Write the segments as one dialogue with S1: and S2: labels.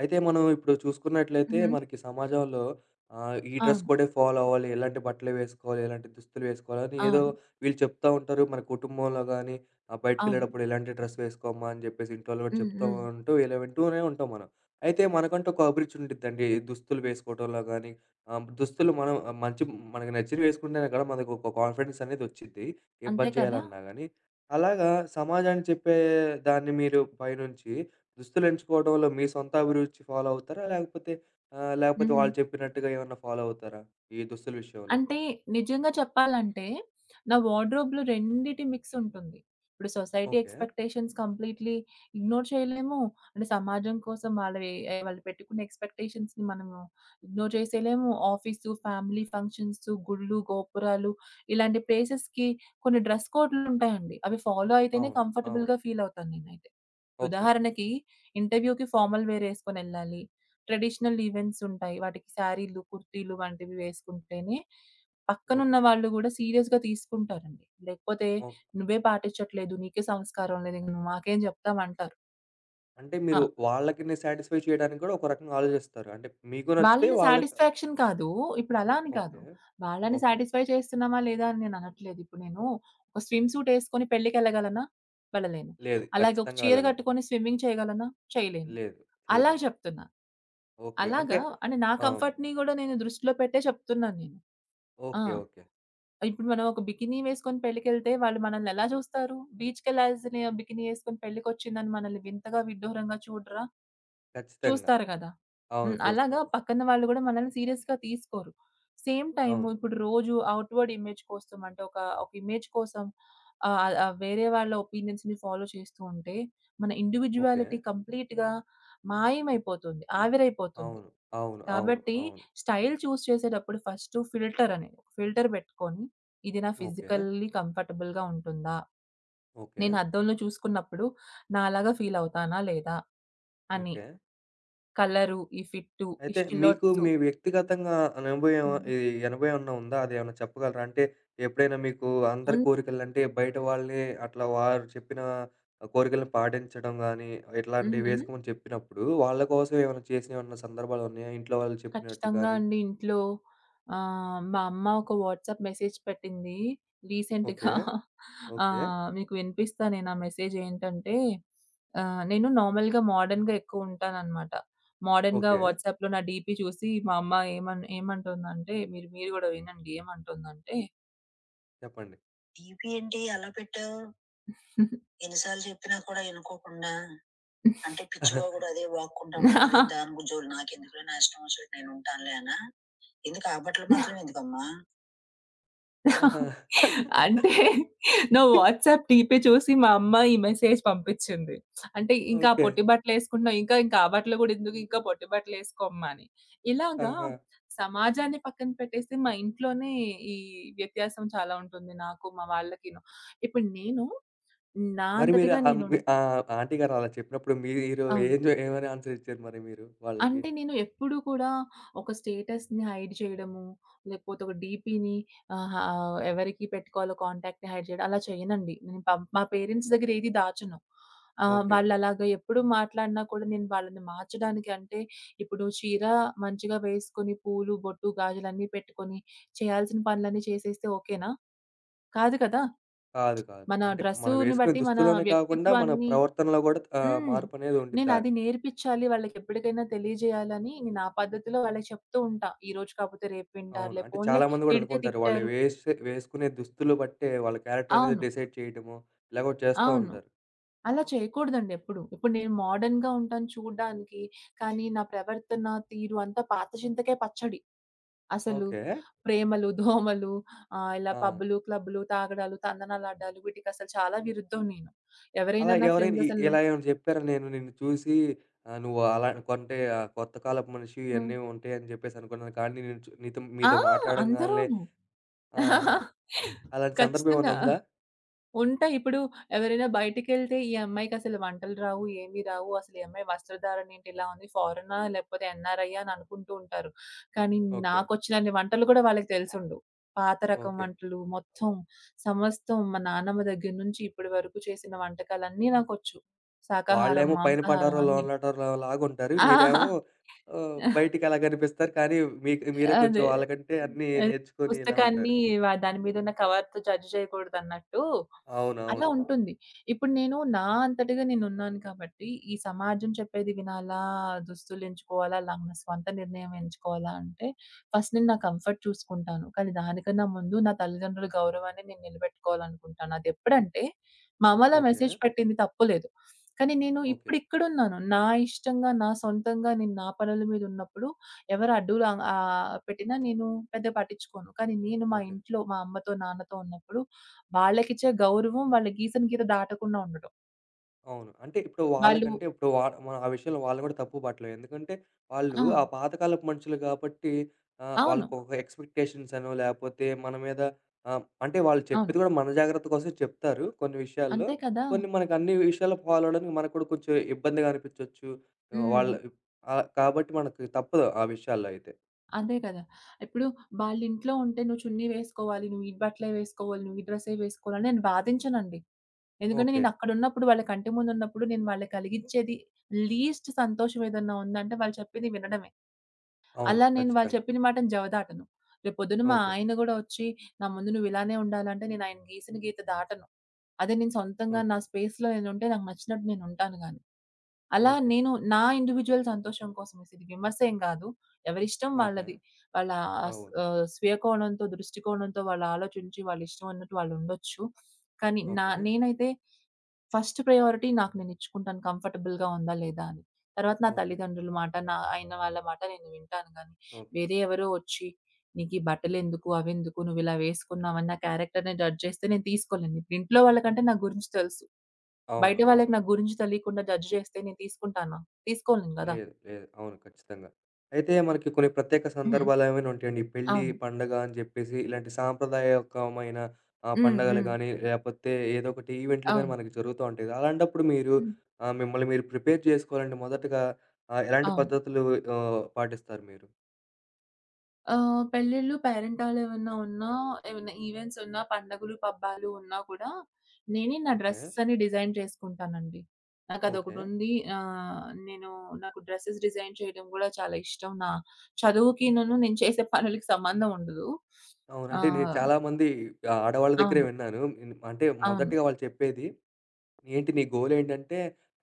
S1: అయితే మనం ఇప్పుడు చూసుకున్నట్లయితే
S2: హుహు.
S1: మనకి సమాజంలో ఈ డ్రెస్
S2: అవును.
S1: కోడే ఫాలో అవ్వాలి. ఎలాంటి బట్టలే వేసుకోవాలి, ఎలాంటి దుస్తులు వేసుకోవాలని ఏదో
S2: అవును.
S1: వీళ్ళు చెప్తా ఉంటారు. మన కుటుంబంలో గానీ,
S2: అవును.
S1: బయటికెళ్ళేటప్పుడు ఎలాంటి డ్రెస్ వేసుకోమ్మా అని జెప్పేసి ఇంట్లోళ్ళు గూడా
S2: హ్మ్.
S1: చెప్తా
S2: హ్మ్.
S1: ఉంటూ ఇలా వింటూనే ఉంటాం మనం. అయితే మనకంటూ ఒక అభిరుచి ఉండిద్దండి. దుస్తులు వేసుకోవటంలో గానీ, దుస్తులు మనం మంచి మనకు నచ్చినవి వేసుకుంటేనే కదా! మనకు ఒక కాన్ఫిడెన్స్ అనేది వచ్చిద్ది. ఏ
S2: అంతే
S1: పని
S2: కదా!
S1: చేయాలన్నా గానీ. అలాగా సమాజానికి చెప్పే దాన్ని మీరు పైనుంచి దుస్తులు ఎంచుకోవడంలో మీ సొంత అభిరుచి ఫాలో అవుతారా? లేకపోతే లేకపోతే
S2: హుహు.
S1: వాళ్ళు చెప్పినట్టుగా ఏమన్నా ఫాలో అవుతారా? ఈ దుస్తుల విషయంలో?
S2: అంటే నిజంగా చెప్పాలంటే, నా వార్డ్‌రోబ్‌లో రెండిటి మిక్స్ ఉంటుంది. ఇప్పుడు society
S1: okay.
S2: Expectations completely ignore చేయలేము. అంటే సమాజం కోసం వాళ్ళవి వాళ్ళు పెట్టుకున్న ఎక్స్‌పెక్టేషన్స్‌ని మనము ఇగ్నోర్ చేసేయలేము. ఆఫీసు, ఫ్యామిలీ ఫంక్షన్స్, గుళ్ళు, గోపురాలు ఇలాంటి ప్లేసెస్‌కి కొన్ని డ్రెస్ కోడ్‌లుంటాయండి. అవి ఫాలో అయితేనే
S1: అవును. అవును.
S2: కంఫర్టబుల్‌గా ఫీల్ అవుతాను నేనైతే.
S1: ఓకే.
S2: ఉదాహరణకి ఇంటర్వ్యూకి ఫార్మల్ వేర్ ఎసుకొనెళ్ళాలి. ట్రెడిషనల్ ఈవెంట్స్ ఉంటాయి. వాటికి శారీలు, కుర్తీలు వంటివి వేసుకుంటేనే పక్కనున్న
S1: ఓకే.
S2: వాళ్ళు గూడా సీరియస్‌గా తీసుకుంటారండి. లేకపోతే
S1: ఓహ్!
S2: "నువ్వే పాటించట్లేదు. నీకే సంస్కారం లేదు. ఇంక నువ్వు మాకేం జెప్తావు" అంటారు.
S1: అంటే
S2: ఆ!
S1: మీరు వాళ్ళకిని సాటిస్ఫై చేయడానికి గూడా ఒక రకంగా ఆలోచిస్తారు. అంటే మీకు నచ్చితే
S2: వాళ్ళని
S1: వాళ్ళకి
S2: సాటిస్ఫాక్షన్ కాదు. ఇప్పుడు అలా అని కాదు.
S1: ఓకే.
S2: వాళ్ళని
S1: ఓకే.
S2: సాటిస్ఫై చేస్తున్నామా లేదా అని నేను అనట్లేదు. ఇప్పుడు నేను ఒక స్విమ్ సూట్ యేసుకొని పెళ్ళికెళ్ళగలనా? వెళ్ళలేను.
S1: లేదు.
S2: అలాగే ఒక
S1: ఖచ్చితంగా
S2: చీర
S1: వెళ్ళలేం.
S2: గట్టుకొని స్విమ్మింగ్ చేయగలనా? చేయలేను.
S1: లేదు.
S2: అలా
S1: చేయలేం.
S2: చెప్తున్నా.
S1: ఓకే. అంటే
S2: అలాగా అంటే నా
S1: అవును.
S2: కంఫర్ట్‌ని గూడా నేను దృష్టిలో పెట్టే చెప్తున్నాను నేను. ఆ!
S1: ఓకే. ఓకే.
S2: ఇప్పుడు మనం ఒక బికినీ వేసుకొని పెళ్ళికెళ్తే వాళ్ళు మనల్ని ఎలా చూస్తారు? బీచ్‌కెళ్ళాల్సిన బికినీ ఏసుకొని పెళ్ళికొచ్చిందని మనల్ని వింతగా, విడ్డూరంగా చూడరా?
S1: ఖచ్చితంగా.
S2: చూస్తారు గదా!
S1: అవును.
S2: హ్మ్. అలాగా
S1: చూస్తారు.
S2: పక్కన వాళ్ళు గూడా మనల్ని సీరియస్‌గా తీసుకోరు. సేమ్ టైము
S1: అవును.
S2: ఇప్పుడు రోజు ఔట్‌వర్డ్ ఇమేజ్ కోసం అంటే ఒక ఇమేజ్ కోసం ఆహ్, ఆహ్, ఆహ్, వేరే వాళ్ళ ఒపీనియన్స్‌ని ఫాలో చేస్తూ ఉంటే మన
S1: ఓకే.
S2: ఇండివిడ్యుయాలిటీ కంప్లీట్‌గా మాయమైపోతుంది. ఆవిరైపోతుంది.
S1: అవును. అవును. అవును.
S2: కాబట్టి
S1: అవును.
S2: స్టైల్ చూజ్ చేసేటప్పుడు ఫస్టు ఫిల్టర్ అని ఫిల్టర్ బెట్టుకొని ఇది నా
S1: ఓకే.
S2: ఫిజికల్లీ కంఫర్టబుల్‌గా ఉంటుందా?
S1: ఓకే.
S2: నేను అద్దంలో చూసుకున్నప్పుడు నాలాగా ఫీల్ అవుతానా లేదా? అని.
S1: ఓకే.
S2: కలరు, ఈ ఫిట్టు, ఈ
S1: అయితే మీకు
S2: స్టిలొట్సు.
S1: మీ వ్యక్తిగతంగా అనుభవం
S2: హ్మ్.
S1: ఇది అనుభవం ఏమన్నా ఉందా? అదేమన్నా చెప్పగలరా? అంటే ఎప్పుడైనా మీకు అందరి
S2: ఉన్
S1: కోరికలంటే బయట వాళ్ళే అట్లా వారు చెప్పిన కోరికలను పాటించడం గానీ, ఇట్లాంటివి
S2: హుహు.
S1: వేసుకోమని చెప్పినప్పుడు వాళ్ళ కోసం ఏమైనా చేసినవేమన్నా సందర్భాలున్నాయా? ఇంట్లో వాళ్ళు చెప్పినట్టు
S2: ఖచ్చితంగా
S1: కానీ?
S2: అండి. ఇంట్లో మా అమ్మ ఒక వాట్సాప్ మెసేజ్ పెట్టింది
S1: ఓకే.
S2: రీసెంట్‌గా.
S1: ఓకే.
S2: మీకు వినిపిస్తా నేను ఆ మెసేజ్ ఏంటంటే, నేను నార్మల్‌గా మోడర్న్‌గా ఎక్కువ ఉంటాననమాట. మోడర్న్‌గా
S1: ఓకే.
S2: వాట్సాప్‌లో నా డీపీ చూసి మా అమ్మ ఏమంటుందంటే మీరు మీరు గూడా వినండి ఏమంటుందంటే
S1: చెప్పండి.
S2: డీపీ ఏంటి అలా పెట్టావు? ఎన్ని సార్లు చెప్పినా కూడా ఇనుకోకుండా? అంటే పిచ్చివాడు గూడా అదే వాక్కుంటాడు. దాని గు జోలి నాకెందుకులే, నా ఇష్టం వచ్చినట్టు నేనుంటానులే అనా? ఎందుకు ఆ బట్టలు మాత్రం ఎందుకమ్మా?
S1: ఆహా!
S2: అంటే నా వాట్సాప్ డీపీ చూసి మా అమ్మ ఈ మెసేజ్ పంపించింది. అంటే ఇంకా
S1: ఓకే.
S2: పొట్టి బట్టలేసుకుంటున్నావు. ఇంకా ఇంకా ఆ బట్టలు గూడా ఎందుకు ఇంకా పొట్టి బట్టలేసుకోమ్మా అని. ఇలాగా
S1: ఆహా!
S2: సమాజాన్ని పక్కన పెట్టేసి మా ఇంట్లోనే ఈ వ్యత్యాసం చాలా ఉంటుంది నాకు, మా వాళ్ళకిను. ఇప్పుడు నేను నా
S1: మరి మీరు
S2: అంతటగా నేను.
S1: మీ ఆంటీ గారు అలా చెప్పినప్పుడు మీరు
S2: అవును.
S1: ఏం జె ఏమని ఆన్సర్ ఇచ్చారు మరి మీరు వాళ్ళకి?
S2: అంటే నేను ఎప్పుడూ కూడా ఒక స్టేటస్‌ని హైడ్ చేయడము, లేకపోతే ఒక డీపీని ఆహ్, హా ఎవరికి పెట్టుకోవాలో కాంటాక్ట్‌ని హైడ్ చేయడం అలా చేయనండి. నేను మా పేరెంట్స్ దగ్గర ఏది దాచను.
S1: ఓకే.
S2: వాళ్ళలాగా ఎప్పుడు మాట్లాడినా కూడా నేను వాళ్ళని మార్చడానికి అంటే ఇప్పుడు చీర మంచిగా వేసుకొని, పూలు, బొట్టు, గాజులన్నీ పెట్టుకొని చేయాల్సిన పనులన్నీ చేసేస్తే ఓకేనా? కాదు కదా!
S1: కాదు. కాదు.
S2: మన
S1: అంటే మనం
S2: డ్రెస్సుని
S1: వేసుకునే
S2: బట్టి మన
S1: దుస్తులోనే కాకుండా, మన
S2: వ్యక్తిత్వాన్ని.
S1: ప్రవర్తనలో గూడా
S2: హ్మ్.
S1: మార్పనేది ఉండిద్దా?
S2: నేనది నేర్పిచ్చాలి. వాళ్ళకెప్పటికైనా తెలియజేయాలని నేను నా పద్ధతిలో వాళ్ళకి చెప్తూ ఉంటా. ఈ రోజు కాకపోతే రేపు
S1: అవును.
S2: వింటారులే.
S1: అంటే
S2: పోన్లే,
S1: చాలామంది గూడా
S2: తిడితే
S1: అనుకుంటారు. వాళ్ళు
S2: తిట్టారు.
S1: వేసుకునే దుస్తులు బట్టే వాళ్ళ క్యారెక్టర్ అనేది
S2: అవును.
S1: డిసైడ్ చేయడము, ఇలా గూడా చేస్తా
S2: అవును.
S1: ఉంటారు.
S2: అలా చేయకూడదండి ఎప్పుడు. ఇప్పుడు నేను మోడర్న్‌గా ఉంటాను చూడ్డానికి. కానీ నా ప్రవర్తన, తీరు అంతా పాత చింతకాయ పచ్చడి. అసలు
S1: ఓకే.
S2: ప్రేమలు, దోమలు, ఇలా
S1: ఆ!
S2: పబ్బులు, క్లబ్బులు, తాగడాలు, తందనాలాడ్డాలు వీటికసలు చాలా విరుద్ధం నేను.
S1: అలా
S2: ఎవరైనా నా
S1: ఎవరైనా
S2: ఫ్రెండ్స్ అసలు.
S1: ఇలా ఏమైనా జెప్పారా? నేను నిన్ను చూసి నువ్వు అలా కొంటే కొత్త కాలపు మనిషివి
S2: హ్మ్.
S1: ఇయన్నీ ఉంటాయని జెప్పేసి అనుకున్నాను. కానీ నేను నీతో
S2: ఆ!
S1: మీతో మాట్లాడంగాలనే
S2: అందరూను.
S1: ఆ! అలాంటి సందర్భం ఏమైనా
S2: ఖచ్చితంగా.
S1: ఉందా?
S2: ఉంటాయి. ఇప్పుడు ఎవరైనా బయటికెళ్తే, "ఈ అమ్మాయికసలు వంటలు రావు, ఏమి రావు. అసలు ఈ అమ్మాయి వస్త్రధారణ ఏంటి ఇలా ఉంది? ఫారెనా? లేకపోతే ఎన్ఆర్ఐయా?" అని అనుకుంటూ ఉంటారు. కానీ
S1: ఓకే.
S2: నాకొచ్చినన్ని వంటలు కూడా వాళ్ళకి తెలిసుండవు. పాత రకం
S1: ఓకే.
S2: వంటలు మొత్తం, సమస్తం మా నాన్నమ్మ దగ్గర నుంచి ఇప్పటి వరకు చేసిన వంటకాలన్నీ నాకొచ్చు. శాకాహారం,
S1: వాళ్ళేమో పైన
S2: మాంసాహారం
S1: పడ్డారో,
S2: అన్నీ.
S1: లోన పడ్డారో లాగుంటారు. మీరేమో
S2: ఆ!
S1: బయటికలా కనిపిస్తారు. కానీ మీకు మీరే కొంచెం
S2: అదే.
S1: వాళ్ళకంటే అన్నీ
S2: అదే.
S1: నేర్చుకొని ఇలా
S2: పుస్తకాన్ని
S1: ఉంటారు.
S2: దాని మీదున్న కవర్‌తో జడ్జ్ చేయకూడదన్నట్టు అలా
S1: అవునవును.
S2: ఉంటుంది. ఇప్పుడు నేను నా అంతటగా నేనున్నాను కాబట్టి, ఈ సమాజం చెప్పేది వినాలా, దుస్తులు ఎంచుకోవాలా, నా స్వంత నిర్ణయం ఎంచుకోవాలా అంటే, ఫస్ట్ నేను నా కంఫర్ట్ చూసుకుంటాను. కానీ దానికన్నా ముందు నా తల్లిదండ్రుల గౌరవాన్ని నేను నిలబెట్టుకోవాలనుకుంటాను. అదెప్పుడంటే, మా అమ్మ అలా
S1: ఓకే.
S2: మెసేజ్ పెట్టింది తప్పులేదు. కానీ నేను
S1: ఓకే.
S2: ఇప్పుడు ఇక్కడున్నాను. నా ఇష్టంగా, నా సొంతంగా నేను నా పనుల మీద ఉన్నప్పుడు ఎవరు అడ్డులా పెట్టినా నేను పెద్దగా పట్టించుకోను. కానీ నేను మా
S1: ఓకే.
S2: ఇంట్లో మా అమ్మతో, నాన్నతో ఉన్నప్పుడు వాళ్ళకిచ్చే గౌరవం వాళ్ళు గీసిన గీత దాటకుండా ఉండడం.
S1: అవును. అంటే ఇప్పుడు
S2: వాళ్ళు.
S1: వాళ్ళకంటే ఇప్పుడు వా మనం ఆ విషయంలో వాళ్ళని కూడా తప్పు పట్టలేం. ఎందుకంటే వాళ్ళు
S2: ఆ!
S1: ఆ పాతకాలపు మనుషులు కాబట్టి
S2: అవును.
S1: వాళ్ళకొక ఎక్స్‌పెక్టేషన్స్ అనో లేపోతే మన మీద అంటే వాళ్ళు చెప్పేది
S2: అవును.
S1: కూడా మన జాగ్రత్త కోసం చెప్తారు కొన్ని విషయాల్లో.
S2: అంతే కదా!
S1: కొన్ని మనకు అన్ని విషయాల్లో ఫాలో అవ్వడానికి మనకు కూడా కొంచెం ఇబ్బందిగా అనిపించొచ్చు. ఆహ్,
S2: హ్మ్.
S1: వాళ్ళు కాబట్టి మనకు తప్పదు ఆ విషయాల్లో అయితే.
S2: అదే కదా! ఇప్పుడు వాళ్ళింట్లో ఉంటే నువ్వు చున్నీ వేసుకోవాలి, నువ్వు ఈ బట్టలే వేసుకోవాలి, నువ్వు ఈ డ్రెస్సే వేసుకోవాలని నేను వాదించనండి. ఎందుకంటే
S1: ఓకే.
S2: నేను అక్కడున్నప్పుడు వాళ్ళ కంటి ముందున్నప్పుడు నేను వాళ్ళకి కలిగించేది లీస్ట్ సంతోషం ఏదన్నా ఉందంటే వాళ్ళు చెప్పింది వినడమే.
S1: అవును.
S2: అలా నేను వాళ్ళు
S1: ఖచ్చితంగా.
S2: చెప్పిన మాటని జవదాటను. రేపొద్దున మా
S1: ఓకే.
S2: ఆయన గూడా ఒచ్చి, "నా ముందు నువ్వు ఇలానే ఉండాలంటే" నేను ఆయన గీసిన గీత దాటను. అదే నేను సొంతంగా నా
S1: ఓకే.
S2: స్పేస్‌లో నేనుంటే నాకు నచ్చినట్టు నేనుంటాను గానీ. అలా
S1: ఓకే.
S2: నేను నా ఇండివిడ్యుయల్ సంతోషం కోసం వేసి, ఇది విమర్శ ఏం గాదు. ఎవరిష్టం
S1: ఓకే.
S2: వాళ్ళది. వాళ్ళ
S1: అవును.
S2: స్వీయ కోణంతో, దృష్టికోణంతో వాళ్ళు ఆలోచించి వాళ్ళిష్టం ఉన్నట్టు వాళ్ళుండొచ్చు. కానీ
S1: ఓకే.
S2: నేనైతే ఫస్ట్ ప్రయారిటీ నాకు నేనిచ్చుకుంటాను కంఫర్టబుల్‌గా ఉందా లేదా అని. తర్వాత నా
S1: ఓకే.
S2: తల్లిదండ్రుల మాట, నా అయిన వాళ్ళ మాట నేను వింటాను గానీ,
S1: ఓకే.
S2: వేరే ఎవరో వచ్చి "నీకీ బట్టలెందుకు? అవెందుకు? నువ్విలా వేసుకున్నావని" నా క్యారెక్టర్‌ని జడ్జ్ చేస్తే నేను తీసుకోలేను. ఇప్పుడు ఇంట్లో వాళ్ళకంటే నా గురించి తెలుసు.
S1: అవును.
S2: బయట వాళ్ళకి
S1: అవును.
S2: నా గురించి తెలియకుండా జడ్జ్ చేస్తే నేను తీసుకుంటానా? తీసుకోలేను గదా!
S1: లేదు. లేదు. అవును. ఖచ్చితంగా. అయితే మనకి కొన్ని ప్రత్యేక
S2: హ్మ్.
S1: సందర్భాలేమైనా ఉంటాయండి. ఈ పెళ్లి
S2: అవును.
S1: పండగ అని జెప్పేసి ఇలాంటి సాంప్రదాయకమైన
S2: హ్మ్.
S1: పండగలు
S2: హ్మ్.
S1: గానీ, లేపోతే ఏదో ఒకటి ఈవెంట్లు గానీ
S2: అవును.
S1: మనకి జరుగుతూ ఉంటాయి. అలాంటప్పుడు మీరు
S2: హ్మ్.
S1: మిమ్మల్ని మీరు ప్రిపేర్ జేసుకోవాలంటే మొదటగా ఎలాంటి
S2: అవును.
S1: పద్ధతులు పాటిస్తారు మీరు?
S2: పెళ్ళిళ్ళు, పేరెంటాలు ఏమన్నా ఉన్నా, ఏమన్నా ఈవెంట్స్ ఉన్నా, పండగలు, పబ్బాలు ఉన్నా కూడా నేనే నా
S1: ఓకే.
S2: డ్రెస్ అని డిజైన్ చేసుకుంటానండి.
S1: ఓకే.
S2: నాకదొకటుంది. ఆహ్, నేను నాకు డ్రెసెస్ డిజైన్ చేయడం గూడా చాలా ఇష్టం. నా చదువుకినను నేను చేసే పనులకి సంబంధం ఉండదు.
S1: అవును.
S2: ఆ!
S1: అంటే నేను చాలామంది ఆడవాళ్ళ దగ్గరే
S2: అవును.
S1: విన్నాను. అంటే
S2: అవును.
S1: మొదటిగా వాళ్ళు చెప్పేది ఏంటి నీ గోలేంటంటే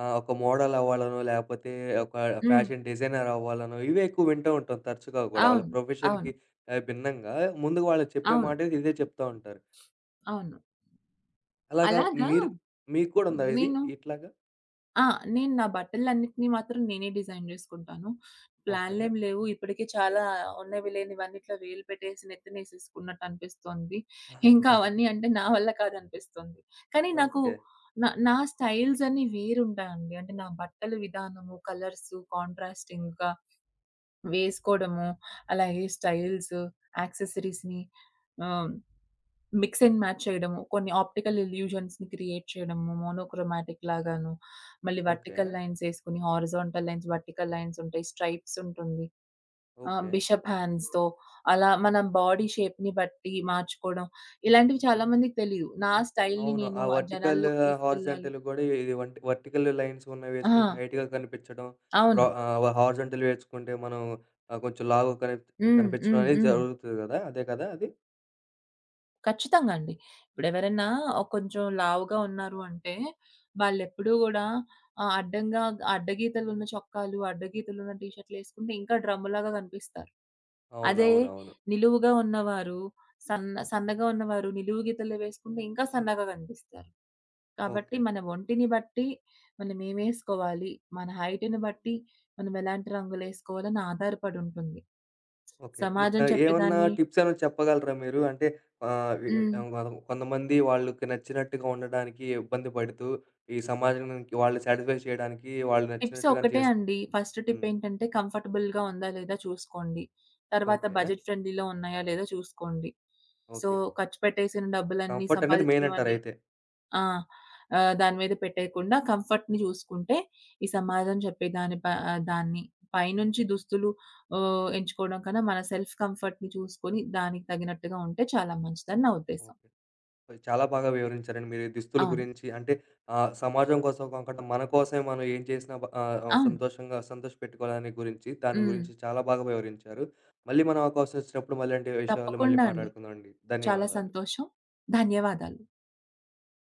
S1: ఒక మోడల్ అవ్వాలనో, లేపోతే ఒక
S2: హ్మ్.
S1: ఫ్యాషన్ డిజైనర్ అవ్వాలనో, ఇవే ఎక్కువ వింటూ ఉంటాం తరచుగా గూడా. వాళ్ళ
S2: అవును.
S1: ప్రొఫెషన్‌కి
S2: అవును.
S1: భిన్నంగా ముందుగా వాళ్ళు చెప్పే
S2: అవును.
S1: మాట అయితే ఇదే చెప్తా ఉంటారు.
S2: అవును.
S1: అలాగా
S2: అలాగా
S1: మీరు మీకు కూడా ఉందా ఇది
S2: నేను.
S1: ఇట్లాగా?
S2: ఆ! నేను నా బట్టలన్నిటిని మాత్రం నేనే డిజైన్ జేసుకుంటాను.
S1: ఓకే.
S2: ప్లాన్లేమి లేవు. ఇప్పటికే చాలా ఉన్నవి లేనివన్నీ ఇట్లా వేలు పెట్టేసి నెత్తినేసేసుకున్నట్టు అనిపిస్తోంది.
S1: ఆహా!
S2: ఇంకా
S1: ఆహా!
S2: అవన్నీ అంటే నా వల్ల కాదనిపిస్తుంది. కానీ నాకు
S1: ఓకే.
S2: నా నా స్టైల్స్ అన్నీ వేరుంటాయండి. అంటే నా బట్టల విధానము, కలర్సు, కాంట్రాస్టింగ్‌గా వేసుకోవడము, అలాగే స్టైల్స్, యాక్సెసరీస్‌ని ఆహ్ మిక్స్ అండ్ మ్యాచ్ చేయడము. కొన్ని ఆప్టికల్ ఇల్యూజన్స్‌ని క్రియేట్ చేయడము. మోనోక్రోమాటిక్ లాగాను. మళ్ళీ
S1: ఓకే.
S2: వర్టికల్ లైన్స్ ఏసుకొని హారిజాంటల్ లైన్స్, వర్టికల్ లైన్స్ ఉంటాయి. స్ట్రైప్స్ ఉంటుంది. ఆహ్,
S1: ఓకే.
S2: బిషప్ హ్యాండ్స్‌తో అలా మన బాడీ షేప్‌ని బట్టి మార్చుకోవడం. ఇలాంటివి
S1: ఓకే.
S2: చాలా మందికి తెలీదు. నా స్టైల్‌ని
S1: అవును.
S2: నేను
S1: ఆ
S2: ఆ
S1: వర్టికల్,
S2: జనాల్లోకి తీసుకెళ్ళాలి.
S1: హారిజాంటల్ గూడా ఇది వంటి వర్టికల్ లైన్స్ ఉన్నవి
S2: ఆ!
S1: వేసుకుంటే హైట్‌గా కనిపించడం. బ్రా
S2: అవును.
S1: హారిజాంటల్ వేసుకుంటే మనం కొంచెం లావుగా
S2: హ్మ్.
S1: కనిపించడం
S2: హ్మ్.
S1: అనేది
S2: హ్మ్.
S1: జరుగుతది గదా! అదే కదా అది?
S2: ఖచ్చితంగా అండి. ఇప్పుడెవరన్నా కొంచెం లావుగా ఉన్నారు అంటే, వాళ్ళెప్పుడూ గూడా అడ్డంగా అడ్డగీతలున్న చొక్కాలు, అడ్డగీతలున్న టీ షర్ట్‌లేసుకుంటే ఇంకా డ్రమ్ములాగా కనిపిస్తారు. అదే
S1: అవునవునవును.
S2: నిలువుగా ఉన్నవారు, సన్న సన్నగా ఉన్నవారు నిలువు గీతలు వేసుకుంటే ఇంకా సన్నగా కనిపిస్తారు. కాబట్టి
S1: ఓకే.
S2: మన ఒంటిని బట్టి మనమేమేసుకోవాలి, మన హైట్‌ని బట్టి మనం ఎలాంటి రంగులేసుకోవాలని ఆధారపడుంటుంది.
S1: ఓకే. మీ
S2: సమాజం
S1: ఏమన్నా
S2: చెప్పేదాన్ని.
S1: టిప్స్ ఏమైనా చెప్పగలరా మీరు? అంటే ఆహ్, వి
S2: హ్మ్.
S1: కొంతమంది వాళ్ళకి నచ్చినట్టుగా ఉండడానికి ఇబ్బంది పడుతూ, ఈ సమాజానికి వాళ్ళు సాటిస్ఫై చేయడానికి వాళ్ళు
S2: టిప్స్
S1: నచ్చినట్టుగానే
S2: ఒక్కటే
S1: చేసుకు
S2: అండి. ఫస్ట్ టిప్
S1: హ్మ్.
S2: ఏంటంటే కంఫర్టబుల్‌గా ఉందా లేదా చూసుకోండి. తర్వాత
S1: ఓకే.
S2: బడ్జెట్ ఫ్రెండ్లీలో ఉన్నాయా లేదా చూసుకోండి. So,
S1: okay.
S2: ఖర్చు పెట్టేసిన డబ్బులన్నీ
S1: కంఫర్ట్ అనేది మెయిన్
S2: సంపాదించినవన్నీ.
S1: అంటారయితే.
S2: ఆ! దాని మీద పెట్టేయకుండా కంఫర్ట్‌ని చూసుకుంటే ఈ సమాజం చెప్పే దాన్ని పైనుంచి దుస్తులు ఎంచుకోవడం కన్నా మన సెల్ఫ్ కంఫర్ట్‌ని చూసుకొని దానికి తగినట్టుగా ఉంటే చాలా మంచిదని నా ఉద్దేశ్యం.
S1: ఓకే. చాలా బాగా వివరించారండి మీరు. ఈ దుస్తుల
S2: అవును.
S1: గురించి అంటే సమాజం కోసం కాకుండా మన కోసమే మనం ఏం చేసినా
S2: అవును.
S1: సంతోషంగా సంతోషపెట్టుకోవాలని గురించి, దాని
S2: హ్మ్.
S1: గురించి చాలా బాగా వివరించారు. మళ్ళీ మనం అవకాశం వచ్చినప్పుడు మళ్ళీ ఇలాంటి విషయాలు మళ్ళీ
S2: తప్పకుండా అండి.
S1: మాట్లాడుకుందామండి.
S2: చాలా
S1: ధన్యవాదాలు.
S2: సంతోషం. ధన్యవాదాలు.